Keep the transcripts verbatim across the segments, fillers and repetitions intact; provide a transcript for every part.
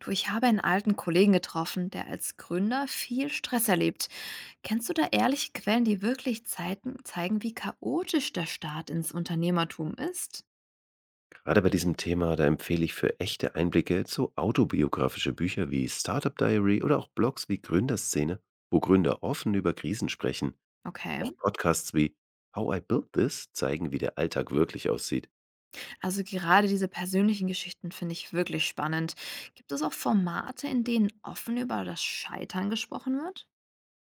Du, ich habe einen alten Kollegen getroffen, der als Gründer viel Stress erlebt. Kennst du da ehrliche Quellen, die wirklich Zeiten zeigen, wie chaotisch der Start ins Unternehmertum ist? Gerade bei diesem Thema, da empfehle ich für echte Einblicke so autobiografische Bücher wie Startup Diary oder auch Blogs wie Gründerszene, wo Gründer offen über Krisen sprechen. Okay, Auch Podcasts wie How I Built This zeigen, wie der Alltag wirklich aussieht. also gerade diese persönlichen Geschichten finde ich wirklich spannend. Gibt es auch Formate, in denen offen über das Scheitern gesprochen wird?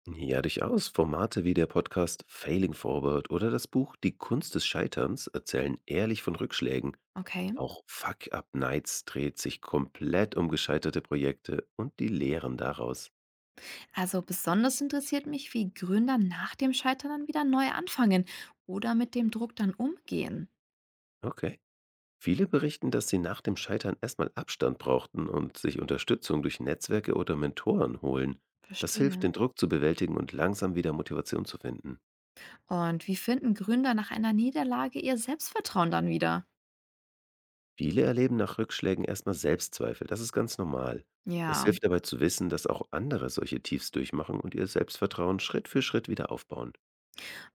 Ja, durchaus. Formate wie der Podcast Failing Forward oder das Buch Die Kunst des Scheiterns erzählen ehrlich von Rückschlägen. Okay, Auch Fuck Up Nights dreht sich komplett um gescheiterte Projekte und die Lehren daraus. also besonders interessiert mich, wie Gründer nach dem Scheitern dann wieder neu anfangen oder mit dem Druck dann umgehen. Okay. Viele berichten, dass sie nach dem Scheitern erstmal Abstand brauchten und sich Unterstützung durch Netzwerke oder Mentoren holen. Das hilft, Verstehe. den Druck zu bewältigen und langsam wieder Motivation zu finden. Und wie finden Gründer nach einer Niederlage ihr Selbstvertrauen dann wieder? Viele erleben nach Rückschlägen erstmal Selbstzweifel, das ist ganz normal. Es Ja, hilft dabei zu wissen, dass auch andere solche Tiefs durchmachen und ihr Selbstvertrauen Schritt für Schritt wieder aufbauen.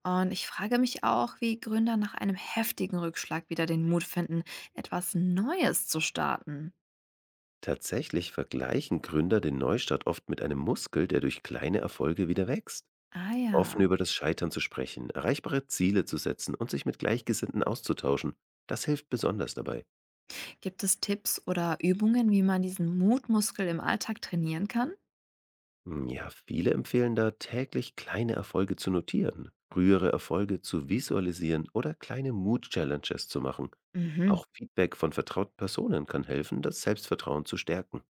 und ich frage mich auch, wie Gründer nach einem heftigen Rückschlag wieder den Mut finden, etwas Neues zu starten. Tatsächlich vergleichen Gründer den Neustart oft mit einem Muskel, der durch kleine Erfolge wieder wächst. Ah Offen ja. über das Scheitern zu sprechen, erreichbare Ziele zu setzen und sich mit Gleichgesinnten auszutauschen, das hilft besonders dabei. Gibt es Tipps oder Übungen, wie man diesen Mutmuskel im Alltag trainieren kann? Hm, ja, viele empfehlen da, täglich kleine Erfolge zu notieren, frühere Erfolge zu visualisieren oder kleine Mood-Challenges zu machen. Mhm. Auch Feedback von vertrauten Personen kann helfen, das Selbstvertrauen zu stärken.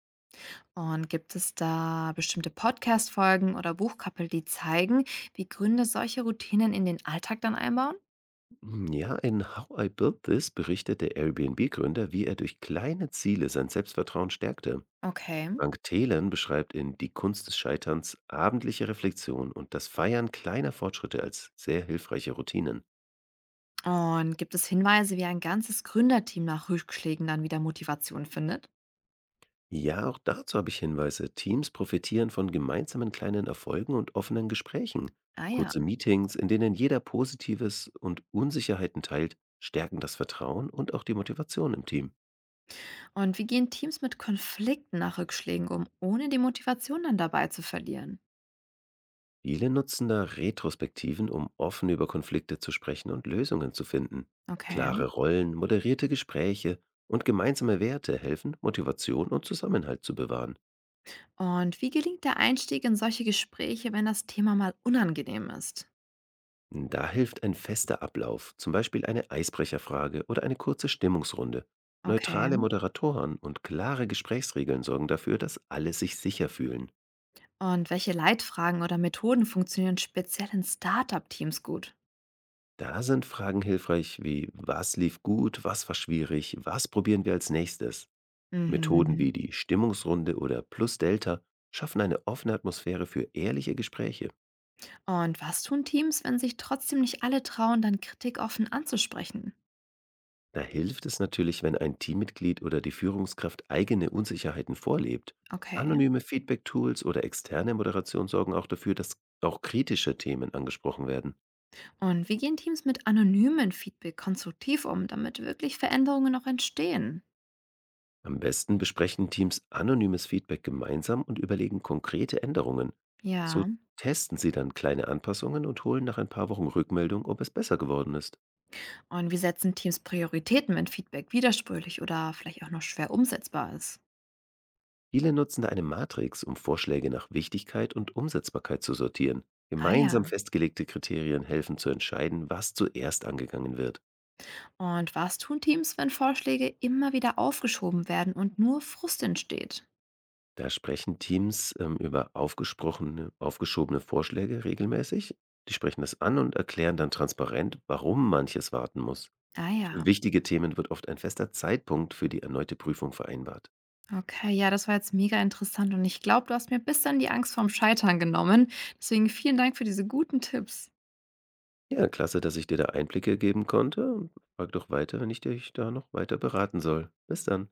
Und gibt es da bestimmte Podcast-Folgen oder Buchkapitel, die zeigen, wie Gründer solche Routinen in den Alltag dann einbauen? Hm, ja, in How I Built This berichtet der Airbnb-Gründer, wie er durch kleine Ziele sein Selbstvertrauen stärkte. Okay. Frank Thelen beschreibt in Die Kunst des Scheiterns abendliche Reflexion und das Feiern kleiner Fortschritte als sehr hilfreiche Routinen. Und gibt es Hinweise, wie ein ganzes Gründerteam nach Rückschlägen dann wieder Motivation findet? Ja, auch dazu habe ich Hinweise. Teams profitieren von gemeinsamen kleinen Erfolgen und offenen Gesprächen. Ah ja. Kurze Meetings, in denen jeder Positives und Unsicherheiten teilt, stärken das Vertrauen und auch die Motivation im Team. Und wie gehen Teams mit Konflikten nach Rückschlägen um, ohne die Motivation dann dabei zu verlieren? Viele nutzen da Retrospektiven, um offen über Konflikte zu sprechen und Lösungen zu finden. Klare Okay. Rollen, moderierte Gespräche und gemeinsame Werte helfen, Motivation und Zusammenhalt zu bewahren. Und wie gelingt der Einstieg in solche Gespräche, wenn das Thema mal unangenehm ist? Da hilft ein fester Ablauf, zum Beispiel eine Eisbrecherfrage oder eine kurze Stimmungsrunde. Okay. Neutrale Moderatoren und klare Gesprächsregeln sorgen dafür, dass alle sich sicher fühlen. Und welche Leitfragen oder Methoden funktionieren speziell in Startup-Teams gut? Da sind Fragen hilfreich wie: Was lief gut, was war schwierig, was probieren wir als nächstes? Methoden Mhm. wie die Stimmungsrunde oder Plus-Delta schaffen eine offene Atmosphäre für ehrliche Gespräche. Und was tun Teams, wenn sich trotzdem nicht alle trauen, dann Kritik offen anzusprechen? Da hilft es natürlich, wenn ein Teammitglied oder die Führungskraft eigene Unsicherheiten vorlebt. Okay. Anonyme Feedback-Tools oder externe Moderation sorgen auch dafür, dass auch kritische Themen angesprochen werden. Und wie gehen Teams mit anonymen Feedback konstruktiv um, damit wirklich Veränderungen noch entstehen? Am besten besprechen Teams anonymes Feedback gemeinsam und überlegen konkrete Änderungen. So Ja. testen sie dann kleine Anpassungen und holen nach ein paar Wochen Rückmeldung, ob es besser geworden ist. Und wie setzen Teams Prioritäten, wenn Feedback widersprüchlich oder vielleicht auch noch schwer umsetzbar ist? Viele nutzen da eine Matrix, um Vorschläge nach Wichtigkeit und Umsetzbarkeit zu sortieren. Ah Gemeinsam ja. festgelegte Kriterien helfen zu entscheiden, was zuerst angegangen wird. Und was tun Teams, wenn Vorschläge immer wieder aufgeschoben werden und nur Frust entsteht? Da sprechen Teams ähm, über aufgesprochene, aufgeschobene Vorschläge regelmäßig. Die sprechen das an und erklären dann transparent, warum manches warten muss. Ah Für ja. wichtige Themen wird oft ein fester Zeitpunkt für die erneute Prüfung vereinbart. Okay, ja, das war jetzt mega interessant und ich glaube, du hast mir bis dann die Angst vorm Scheitern genommen. Deswegen vielen Dank für diese guten Tipps. Ja, klasse, dass ich dir da Einblicke geben konnte. Frag doch weiter, wenn ich dich da noch weiter beraten soll. Bis dann.